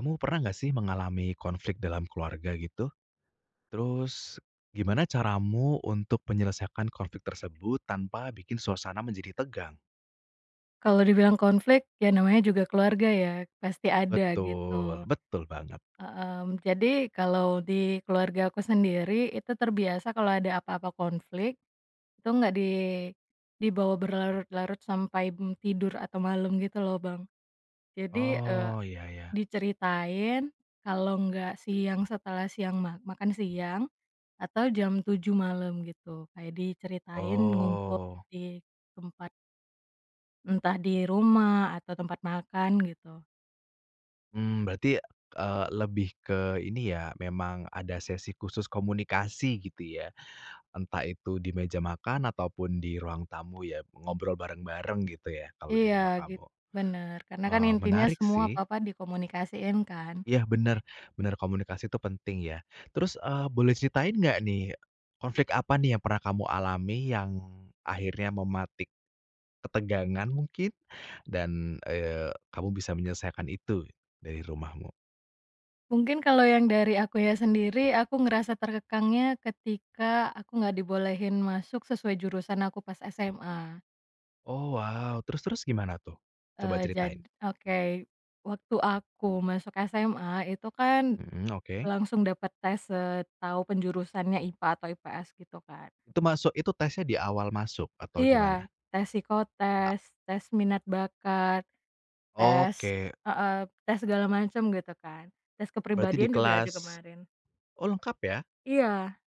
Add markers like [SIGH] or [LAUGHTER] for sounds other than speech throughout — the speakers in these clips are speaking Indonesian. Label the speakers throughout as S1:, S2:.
S1: Kamu pernah nggak sih mengalami konflik dalam keluarga gitu? Terus gimana caramu untuk menyelesaikan konflik tersebut tanpa bikin suasana menjadi tegang?
S2: Kalau dibilang konflik, ya namanya juga keluarga ya, pasti ada
S1: Betul,
S2: gitu,
S1: betul banget.
S2: jadi kalau di keluarga aku sendiri itu terbiasa kalau ada apa-apa konflik, itu nggak dibawa berlarut-larut sampai, tidur atau malam gitu loh, Bang. Jadi,
S1: Oh, iya ya.
S2: diceritain kalau nggak siang setelah siang makan siang atau jam 7 malam gitu, kayak diceritain ngumpul
S1: Oh,
S2: di tempat, entah di rumah atau tempat makan gitu.
S1: berarti, lebih ke ini ya, memang ada sesi khusus komunikasi gitu ya? Entah itu di meja makan ataupun di ruang tamu ya, ngobrol bareng-bareng gitu ya kalau di
S2: Iya,
S1: rumah kamu?
S2: gitu, bener, karena kan intinya
S1: Menarik
S2: semua
S1: sih.
S2: apa-apa dikomunikasiin kan.
S1: Iya bener bener, komunikasi itu penting ya. Terus, boleh ceritain nggak nih, konflik apa nih yang pernah kamu alami yang akhirnya mematik ketegangan mungkin dan, kamu bisa menyelesaikan itu dari rumahmu?
S2: Mungkin kalau yang dari aku ya sendiri, aku ngerasa terkekangnya ketika aku nggak dibolehin masuk sesuai jurusan aku pas SMA.
S1: Oh wow, terus terus, gimana tuh? Coba
S2: Eee, jad
S1: ceritain.
S2: Oke, waktu aku masuk SMA itu kan
S1: Mhm, oke.
S2: langsung dapat tes, tahu penjurusannya IPA atau IPS gitu kan.
S1: Itu masuk itu tesnya di awal masuk atau
S2: Iya,
S1: gimana?
S2: tes
S1: A
S2: psikotes, tes minat bakat. Tes
S1: oke,
S2: heeh, tes segala macam gitu kan, tes
S1: berarti di
S2: kepribadian juga ada
S1: kelas
S2: kemarin.
S1: oh lengkap ya?
S2: Iya,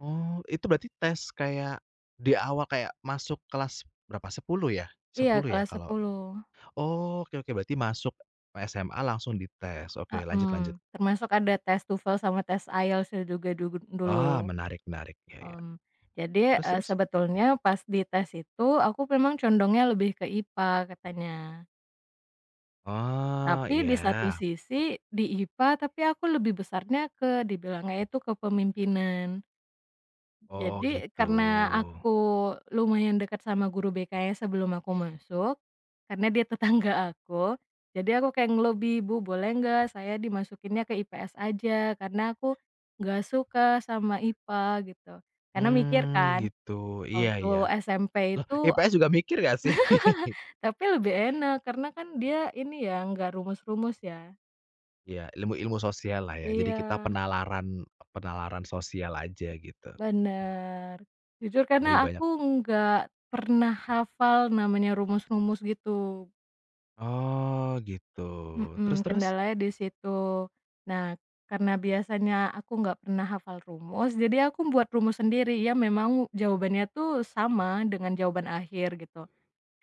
S1: Oh, itu berarti tes kayak di awal kayak masuk kelas berapa? 10 ya?
S2: iya,
S1: 10 ya
S2: kelas
S1: kalau
S2: sepuluh
S1: oh, oke oke, berarti masuk SMA langsung dites. Oke lanjut lanjut.
S2: Mhm, termasuk ada tes TOEFL sama tes IELTS ya juga
S1: Ah,
S2: dulu.
S1: menarik menarik. Ya ya.
S2: mmm, jadi,
S1: Terus terus?
S2: sebetulnya pas di tes itu aku memang condongnya lebih ke IPA katanya,
S1: Oh,
S2: tapi di satu
S1: iya.
S2: sisi di IPA tapi aku lebih besarnya ke dibilangnya itu kepemimpinan.
S1: Oh,
S2: Jadi
S1: gitu.
S2: karena aku lumayan dekat sama guru BK-nya sebelum aku masuk, karena dia tetangga [LAUGHS] aku, jadi aku kayak ngelobi, "Bu, boleh nggak saya dimasukinnya ke IPS aja?" Karena aku nggak suka sama IPA gitu. Karena mikir
S1: Hmm,
S2: kan,
S1: gitu. Iya
S2: waktu
S1: iya.
S2: SMP
S1: Loh,
S2: itu
S1: IPS juga mikir gak sih? [LAUGHS]
S2: tapi lebih enak karena kan dia ini ya, nggak rumus-rumus ya.
S1: Iya, ilmu-ilmu sosial lah ya. Jadi
S2: Iya,
S1: kita penalaran penalaran sosial aja gitu,
S2: bener. Jujur
S1: lebih
S2: karena
S1: banyak.
S2: aku nggak pernah hafal namanya rumus-rumus gitu.
S1: Oh, gitu. Terus
S2: Mhm,
S1: terus?
S2: kendalanya di situ. Nah, karena biasanya aku nggak pernah hafal rumus, jadi aku buat rumus sendiri. Ya, memang jawabannya tuh sama dengan jawaban akhir gitu.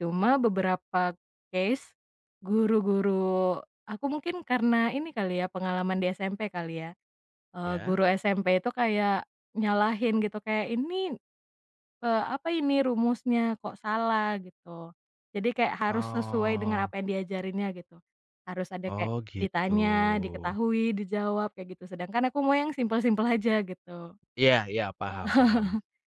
S2: Cuma beberapa case guru-guru aku mungkin karena ini kali ya, pengalaman di SMP kali ya,
S1: Ya?
S2: guru SMP itu kayak nyalahin gitu, kayak, "Ini, apa ini rumusnya, kok salah gitu. Jadi kayak harus sesuai dengan
S1: Oh
S2: apa yang diajarinnya gitu. Harus ada kayak
S1: oh gitu.
S2: ditanya, diketahui, dijawab, kayak gitu. Sedangkan aku mau yang simpel-simpel aja gitu.
S1: Iya iya, paham
S2: Heeh.
S1: paham.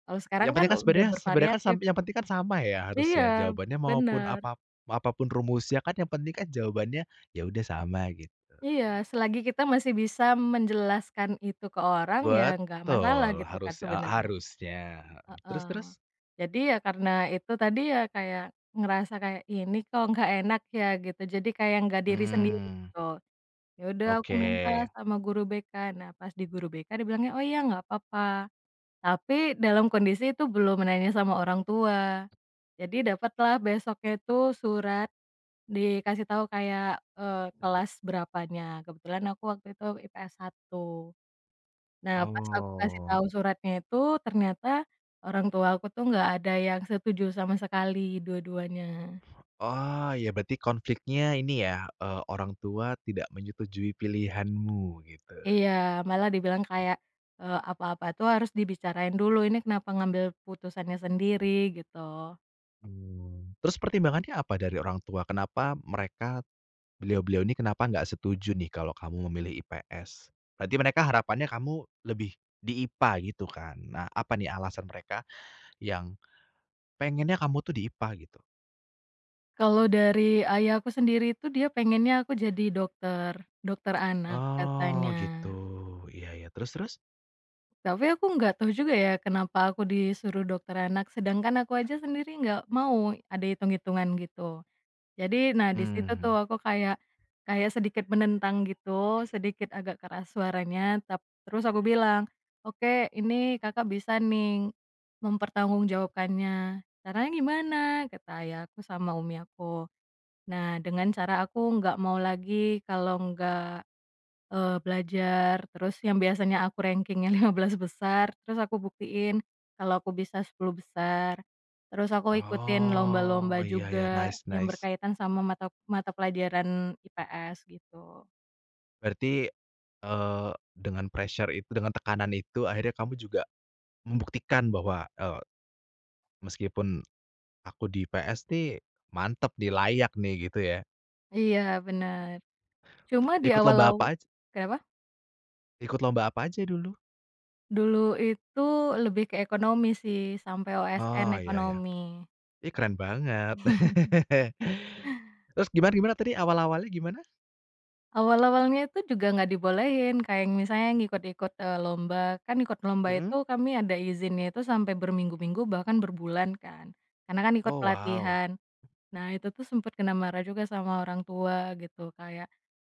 S2: Kalau sekarang
S1: Yang
S2: kan
S1: penting kan
S2: udah
S1: sebenarnya sebenarnya kan sam
S2: bervariatif
S1: yang
S2: gitu.
S1: penting kan sama ya harusnya
S2: Iya,
S1: jawabannya maupun
S2: bener.
S1: apa apapun rumusnya kan yang penting kan jawabannya ya udah sama gitu.
S2: Iya, selagi kita masih bisa menjelaskan itu ke orang, ya nggak masalah
S1: Betul,
S2: gitu kan
S1: harus
S2: sebenarnya.
S1: harusnya, terus
S2: Heeh.
S1: terus?
S2: Jadi ya karena itu tadi ya kayak ngerasa kayak, ini kok nggak enak ya?" Gitu, jadi kayak nggak diri sendiri
S1: Hmm,
S2: gitu. Ya udah aku
S1: oke.
S2: minta sama guru BK. Nah, pas di guru BK dia bilangnya, "Oh, iya, nggak apa-apa." Tapi dalam kondisi itu belum menanya sama orang tua. Jadi dapatlah besoknya itu surat dikasih tahu kayak, kelas berapanya. Kebetulan aku waktu itu IPS 1. Nah, pas aku kasih
S1: Oh.
S2: tahu suratnya itu, ternyata orang tua aku tuh nggak ada yang setuju sama sekali, dua-duanya.
S1: Oh ya berarti konfliknya ini ya, orang tua tidak menyetujui pilihanmu gitu.
S2: Iya, malah dibilang kayak, apa-apa tuh harus dibicarain dulu, ini kenapa ngambil putusannya sendiri, gitu.
S1: Terus pertimbangannya apa dari orang tua? Kenapa mereka beliau-beliau ini kenapa nggak setuju nih kalau kamu memilih IPS? Berarti mereka harapannya kamu lebih di IPA gitu kan? Nah, apa nih alasan mereka yang pengennya kamu tuh di IPA gitu?
S2: Kalau dari ayah aku sendiri itu dia pengennya aku jadi dokter, dokter anak
S1: Oh,
S2: katanya.
S1: gitu. Iya ya terus terus?
S2: Tapi aku nggak tahu juga ya kenapa aku disuruh dokter anak, sedangkan aku aja sendiri nggak mau, ada hitung-hitungan gitu. Jadi, nah di situ
S1: Mmm,
S2: tuh aku kayak kayak sedikit menentang gitu, sedikit agak keras suaranya, terus aku bilang, "Oke, ini Kakak bisa nih mempertanggungjawabkannya." "Caranya gimana?" kata ayahku sama umi aku. Nah, dengan cara aku nggak mau lagi kalau nggak belajar, terus yang biasanya aku rankingnya [LAUGHS] 15 besar, terus aku buktiin kalau aku bisa 10 besar. Terus aku ikutin
S1: oh,
S2: lomba-lomba
S1: iya ya
S2: juga
S1: nice
S2: yang
S1: nice.
S2: berkaitan sama mata mata pelajaran IPS gitu.
S1: Berarti, dengan pressure itu dengan tekanan itu akhirnya kamu juga membuktikan bahwa, meskipun aku di PS nih mantep nih, layak nih gitu ya.
S2: Iya, benar. Cuma di
S1: Ikut lomba
S2: awal-aw
S1: apa aj
S2: Kenapa?
S1: ikut lomba apa aja dulu?
S2: Dulu itu lebih ke ekonomi sih, sampai
S1: Oh
S2: OSN
S1: iya iya.
S2: ekonomi.
S1: Ih keren banget. [LAUGHS] Terus gimana gimana tadi awal-awalnya gimana?
S2: Awal-awalnya itu juga nggak dibolehin, kayak yang misalnya ngikut-ikut, lomba. Kan ikut lomba
S1: Mhm.
S2: itu kami ada izinnya itu sampai berminggu-minggu bahkan berbulan kan, karena kan ikut
S1: Oh wow.
S2: pelatihan. Nah, itu tuh sempet kena marah juga sama orang tua gitu, kayak,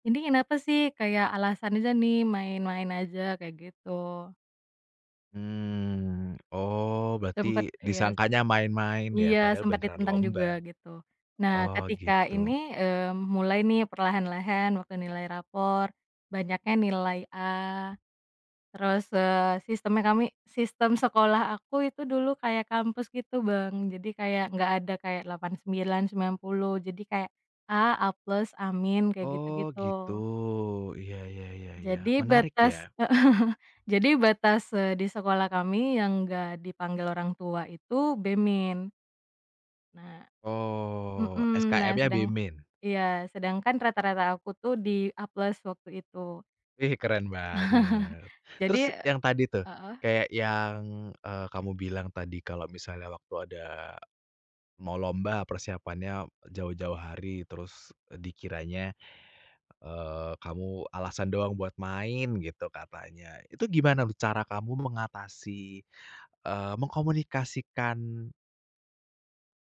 S2: "Ini kenapa sih? Kayak alasan aja nih, main-main aja," kayak gitu.
S1: Oh berarti
S2: Iya,
S1: disangkanya main-main ya
S2: iya,
S1: padahal
S2: sempat
S1: beneran
S2: ditentang
S1: lomba.
S2: juga gitu. Nah,
S1: Oh
S2: ketika
S1: gitu.
S2: ini, mulai nih perlahan-lahan waktu nilai rapor, banyaknya nilai A. Terus, sistem sekolah aku itu dulu kayak kampus gitu, Bang. Jadi kayak nggak ada kayak delapan sembilan sembilan puluh, jadi kayak A, A plus, amin, kayak
S1: Oh gitu.
S2: gitu-gitu.
S1: Iya iya iya iya.
S2: Jadi
S1: Menarik ya.
S2: batas [LAUGHS] jadi batas, di sekolah kami yang nggak dipanggil orang tua itu B min. Nah,
S1: Oh,
S2: mhm, nah
S1: SKM-nya
S2: sedang
S1: BMIN?
S2: iya, sedangkan rata-rata aku tuh di A plus waktu itu.
S1: Ih, keren banget. Terus
S2: Jadi,
S1: yang tadi tuh, kayak yang, kamu bilang tadi kalau misalnya waktu ada mau lomba persiapannya jauh-jauh hari, terus dikiranya, kamu alasan doang buat main gitu katanya. Itu gimana tuh cara kamu mengatasi, mengkomunikasikan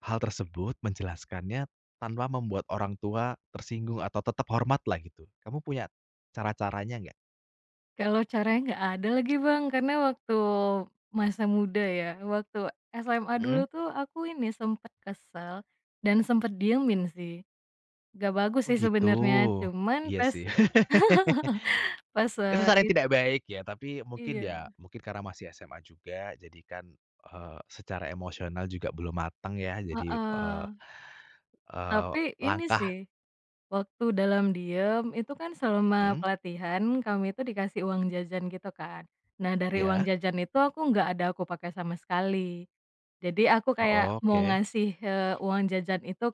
S1: hal tersebut, menjelaskannya tanpa membuat orang tua tersinggung atau tetap hormat lah gitu? Kamu punya cara-caranya nggak?
S2: kalau caranya nggak ada lagi, Bang, karena waktu masa muda ya, waktu SMA
S1: Mhm.
S2: dulu tuh aku ini sempet kesel dan sempet diemin sih. Nggak bagus
S1: Oh
S2: sih
S1: gitu.
S2: sebenarnya, cuman
S1: Iya
S2: pas
S1: sih. [LAUGHS]
S2: pas,
S1: Itu
S2: eee,
S1: saran yang
S2: it
S1: tidak baik ya, tapi mungkin ya,
S2: iya,
S1: mungkin karena masih SMA juga, jadi kan, secara emosional juga belum matang ya, jadi,
S2: heeh.
S1: eee eee,
S2: Tapi ini
S1: langkah
S2: sih, waktu dalam diem itu kan selama
S1: mhm,
S2: pelatihan kami itu dikasih uang jajan gitu kan. Nah, dari uang
S1: iya?
S2: jajan itu aku nggak ada aku pakai sama sekali. Jadi aku
S1: Heeh,
S2: kayak mau
S1: oke.
S2: ngasih, uang jajan itu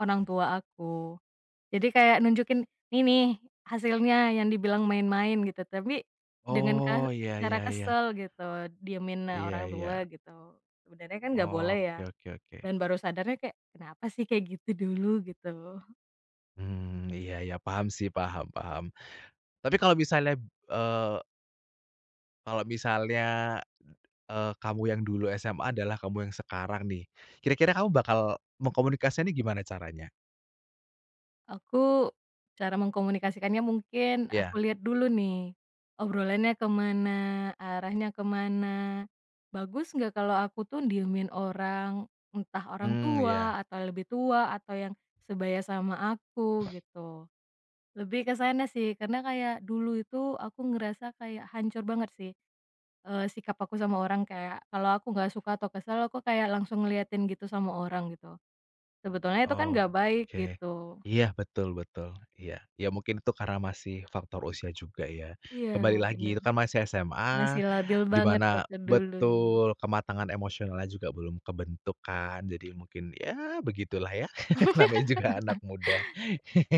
S2: orang tua aku. Jadi kayak nunjukin, "Nih, nih, hasilnya yang dibilang main-main," gitu. Tapi dengan
S1: Oh, iya
S2: cara
S1: iya iya.
S2: kesel gitu, diemin eh,
S1: Iya
S2: orang
S1: iya.
S2: tua gitu. Sebenarnya kan nggak boleh ya,
S1: Oke oke oke.
S2: dan baru sadarnya kayak, "Kenapa sih kayak gitu dulu?" Gitu.
S1: Hmm, iya iya, paham sih, paham paham. Tapi kalau misalnya, eee kalau misalnya, kamu yang dulu SMA adalah kamu yang sekarang nih, kira-kira kamu bakal mengkomunikasikannya gimana caranya?
S2: Aku Cara mengkomunikasikannya mungkin aku
S1: Iya,
S2: lihat dulu nih, obrolannya kemana, arahnya kemana. Bagus nggak kalau aku tuh diemin orang, entah orang
S1: hmm,
S2: tua
S1: iya,
S2: atau lebih tua atau yang sebaya sama aku gitu. Lebih ke sana sih karena kayak dulu itu aku ngerasa kayak hancur banget sih, sikap aku sama orang kayak kalau aku nggak suka atau kesel aku kayak langsung ngeliatin gitu sama orang gitu. Sebetulnya itu kan
S1: oh,
S2: nggak baik
S1: oke.
S2: gitu.
S1: Iya, betul betul, iya. Ya mungkin itu karena masih faktor usia juga ya.
S2: Iya,
S1: Kembali lagi itu
S2: bener.
S1: kan masih SMA,
S2: Masih labil
S1: di
S2: banget
S1: mana
S2: waktu dulu.
S1: betul, kematangan emosionalnya juga belum kebentuk kan, jadi mungkin ya begitulah ya, [LAUGHS] namanya juga anak muda. [LAUGHS]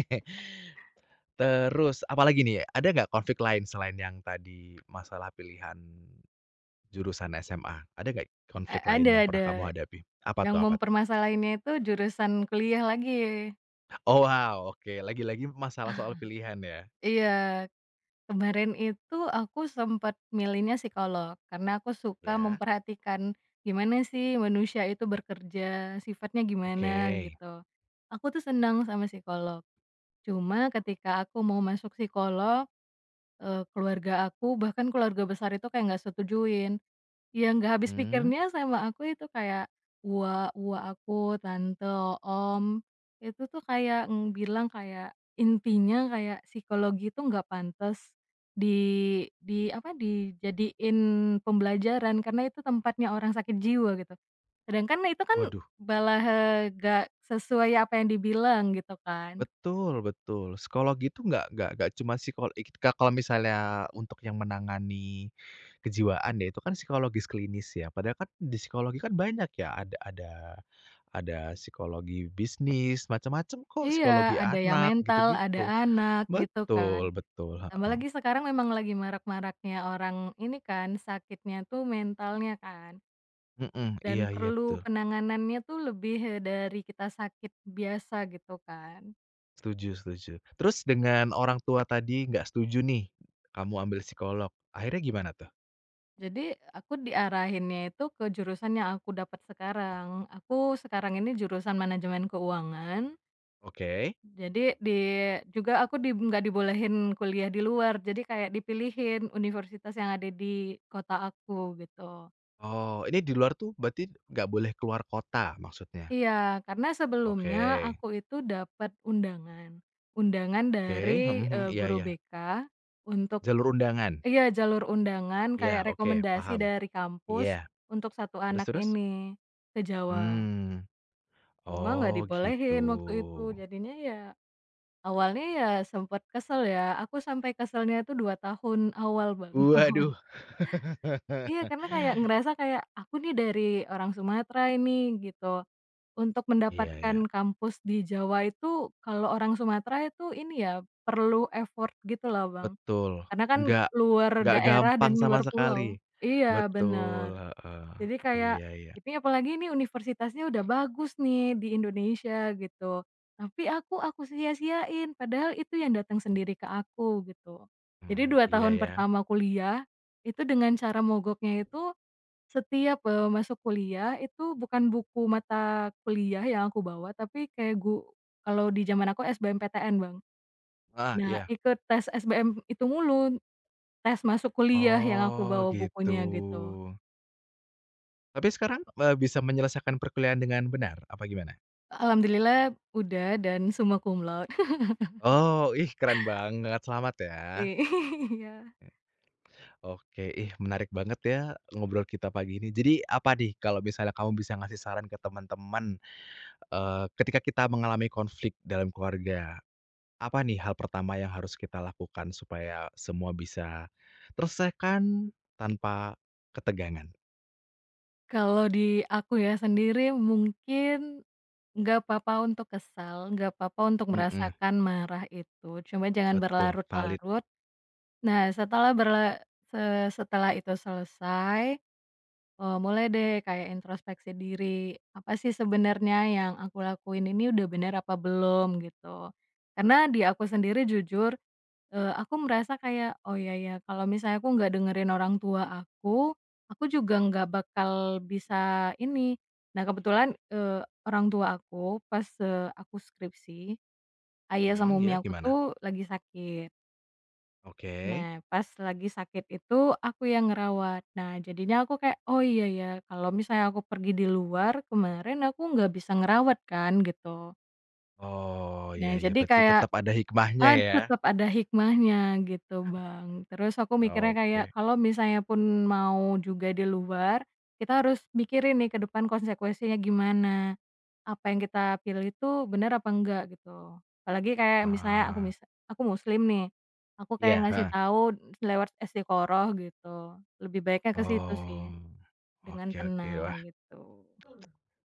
S1: Terus apalagi nih, ada nggak konflik lain selain yang tadi masalah pilihan jurusan SMA? Ada nggak konflik lain
S2: Ada
S1: yang pernah
S2: ada,
S1: kamu hadapi? Apa
S2: yang
S1: tuh apa tuh?
S2: mempermasalahinnya itu jurusan kuliah lagi.
S1: Oh wow, oke, lagi-lagi masalah soal pilihan ya?
S2: Iya, kemarin itu aku sempat milihnya psikolog, karena aku suka
S1: Ya.
S2: memperhatikan gimana sih manusia itu bekerja, sifatnya
S1: Oke,
S2: gimana gitu. Aku tuh senang sama psikolog, cuma ketika aku mau masuk psikolog, keluarga aku bahkan keluarga besar itu kayak nggak setujuin. Yang nggak habis
S1: mmm,
S2: pikirnya sama aku itu kayak uwa-uwa aku, tante, om, itu tuh kayak, bilang kayak intinya kayak psikologi itu nggak pantas di di apa, dijadiin pembelajaran karena itu tempatnya orang sakit jiwa gitu. Sedangkan itu kan
S1: waduh.
S2: nggak sesuai apa yang dibilang gitu kan.
S1: Betul betul. Psikolog itu nggak cuma psikol ik kalau misalnya untuk yang menangani kejiwaan ya, itu kan psikologis klinis ya. Padahal kan di psikologi kan banyak ya, ada psikologi bisnis, macam-macam kok,
S2: Iya,
S1: psikologi
S2: ada yang
S1: anak,
S2: mental, ada
S1: gitu-gitu.
S2: anak gitu kan.
S1: Betul betul,
S2: Tambah
S1: heeh.
S2: lagi sekarang memang lagi marak-maraknya orang ini kan, sakitnya tuh mentalnya kan,
S1: Mhm,
S2: dan
S1: iya iya,
S2: perlu
S1: betul.
S2: penanganannya tuh lebih, dari kita sakit biasa gitu kan.
S1: Setuju setuju. Terus dengan orang tua tadi nggak setuju nih, kamu ambil psikolog, akhirnya gimana tuh?
S2: Jadi aku diarahinnya itu ke jurusan yang aku dapat sekarang. Aku sekarang ini jurusan manajemen keuangan,
S1: Oke.
S2: jadi di juga aku nggak dibolehin kuliah di luar, jadi kayak dipilihin universitas yang ada di kota aku gitu.
S1: Oh, ini di luar tuh berarti nggak boleh keluar kota maksudnya?
S2: Iya, karena
S1: Oke,
S2: sebelumnya aku itu dapat undangan. Undangan
S1: oke, hmm,
S2: dari,
S1: mhm, iya
S2: guru
S1: iya.
S2: BK untuk
S1: Jalur undangan?
S2: iya, jalur undangan
S1: Iya,
S2: kayak
S1: oke,
S2: rekomendasi
S1: paham.
S2: dari kampus
S1: Iya,
S2: untuk satu
S1: terus
S2: anak
S1: terus?
S2: ini ke Jawa.
S1: Hmm,
S2: Cuma nggak
S1: oh gitu.
S2: dibolehin waktu itu, jadinya ya awalnya ya sempat kesel ya, aku sampai keselnya itu 2 tahun awal, Bang. [LAUGHS]
S1: Waduh.
S2: Iya,
S1: [LAUGHS]
S2: karena kayak ngerasa kayak, "Aku nih dari orang Sumatera ini," gitu. Untuk
S1: Iya
S2: mendapatkan
S1: iya,
S2: kampus di Jawa itu, kalau orang Sumatera itu ini ya, perlu effort gitu loh, Bang.
S1: betul.
S2: Karena kan
S1: Nggak
S2: luar
S1: nggak
S2: daerah
S1: gampang
S2: dan
S1: sama
S2: luar pulau.
S1: sekali.
S2: Iya,
S1: Betul,
S2: bener.
S1: heeh.
S2: Jadi kayak,
S1: Iya iya,
S2: ini apalagi ini universitasnya udah bagus nih di Indonesia gitu, tapi aku sia-siain, padahal itu yang datang sendiri ke aku gitu. Jadi 2
S1: iya
S2: tahun
S1: ya.
S2: pertama kuliah, itu dengan cara mogoknya itu setiap, masuk kuliah itu bukan buku mata kuliah yang aku bawa, tapi kayak kalau di zaman aku SBMPTN, Bang.
S1: Ah,
S2: Nah,
S1: iya.
S2: ikut tes SBM itu mulu, tes masuk kuliah yang aku
S1: Oh
S2: bawa
S1: gitu.
S2: bukunya gitu.
S1: Tapi sekarang, bisa menyelesaikan perkuliahan dengan benar, apa gimana?
S2: Alhamdulillah udah dan summa cum laude. [LAUGHS]
S1: Oh, ih keren banget, selamat ya.
S2: Iya.
S1: Oke, ih menarik banget ya ngobrol kita pagi ini. Jadi apa nih kalau misalnya kamu bisa ngasih saran ke teman-teman, ketika kita mengalami konflik dalam keluarga, apa nih hal pertama yang harus kita lakukan supaya semua bisa terselesaikan tanpa ketegangan?
S2: Kalau di aku ya sendiri mungkin nggak apa-apa untuk kesal, nggak apa-apa untuk
S1: Mhm,
S2: merasakan marah itu, cuma jangan
S1: betul, valid.
S2: berlarut-larut. Nah, setelah berla se setelah itu selesai, mulai deh kayak introspeksi diri, apa sih sebenarnya yang aku lakuin ini udah bener apa belum gitu. Karena di aku sendiri jujur, aku merasa kayak, oh ya, ya, kalau misalnya aku nggak dengerin orang tua aku juga nggak bakal bisa ini. Nah, kebetulan, orang tua aku pas, aku skripsi, ayah sama
S1: Mhm,
S2: umi
S1: iya
S2: aku
S1: gimana?
S2: tuh lagi sakit.
S1: Oke.
S2: Nah, pas lagi sakit itu aku yang ngerawat. Nah, jadinya aku kayak, "Oh, iya ya, kalau misalnya aku pergi di luar, kemarin aku nggak bisa ngerawat kan," gitu.
S1: Oh, iya
S2: Nah,
S1: iya
S2: jadi
S1: berarti
S2: kayak,
S1: tetap ada hikmahnya ya?
S2: tetap ada hikmahnya gitu, Bang. Terus aku mikirnya kayak,
S1: Oke,
S2: kalau misalnya pun mau juga di luar, kita harus mikirin nih ke depan konsekuensinya gimana. Apa yang kita pilih itu benar apa enggak gitu. Apalagi kayak misalnya
S1: ah,
S2: aku muslim nih, aku kayak
S1: iya,
S2: ngasih
S1: heeh,
S2: tahu lewat istiqoroh gitu, lebih baiknya ke situ sih,
S1: oh,
S2: dengan
S1: oke oke. Wah,
S2: tenang gitu.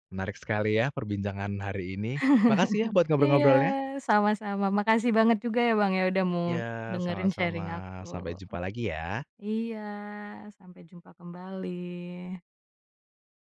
S1: menarik sekali ya perbincangan hari ini. Makasih ya buat
S2: Iya,
S1: ngobrol-ngobrolnya.
S2: sama-sama, makasih banget juga ya, Bang, ya udah mau
S1: Ya
S2: dengerin
S1: sama-sama,
S2: sharing aku.
S1: sampai jumpa lagi ya.
S2: Iya, sampai jumpa kembali.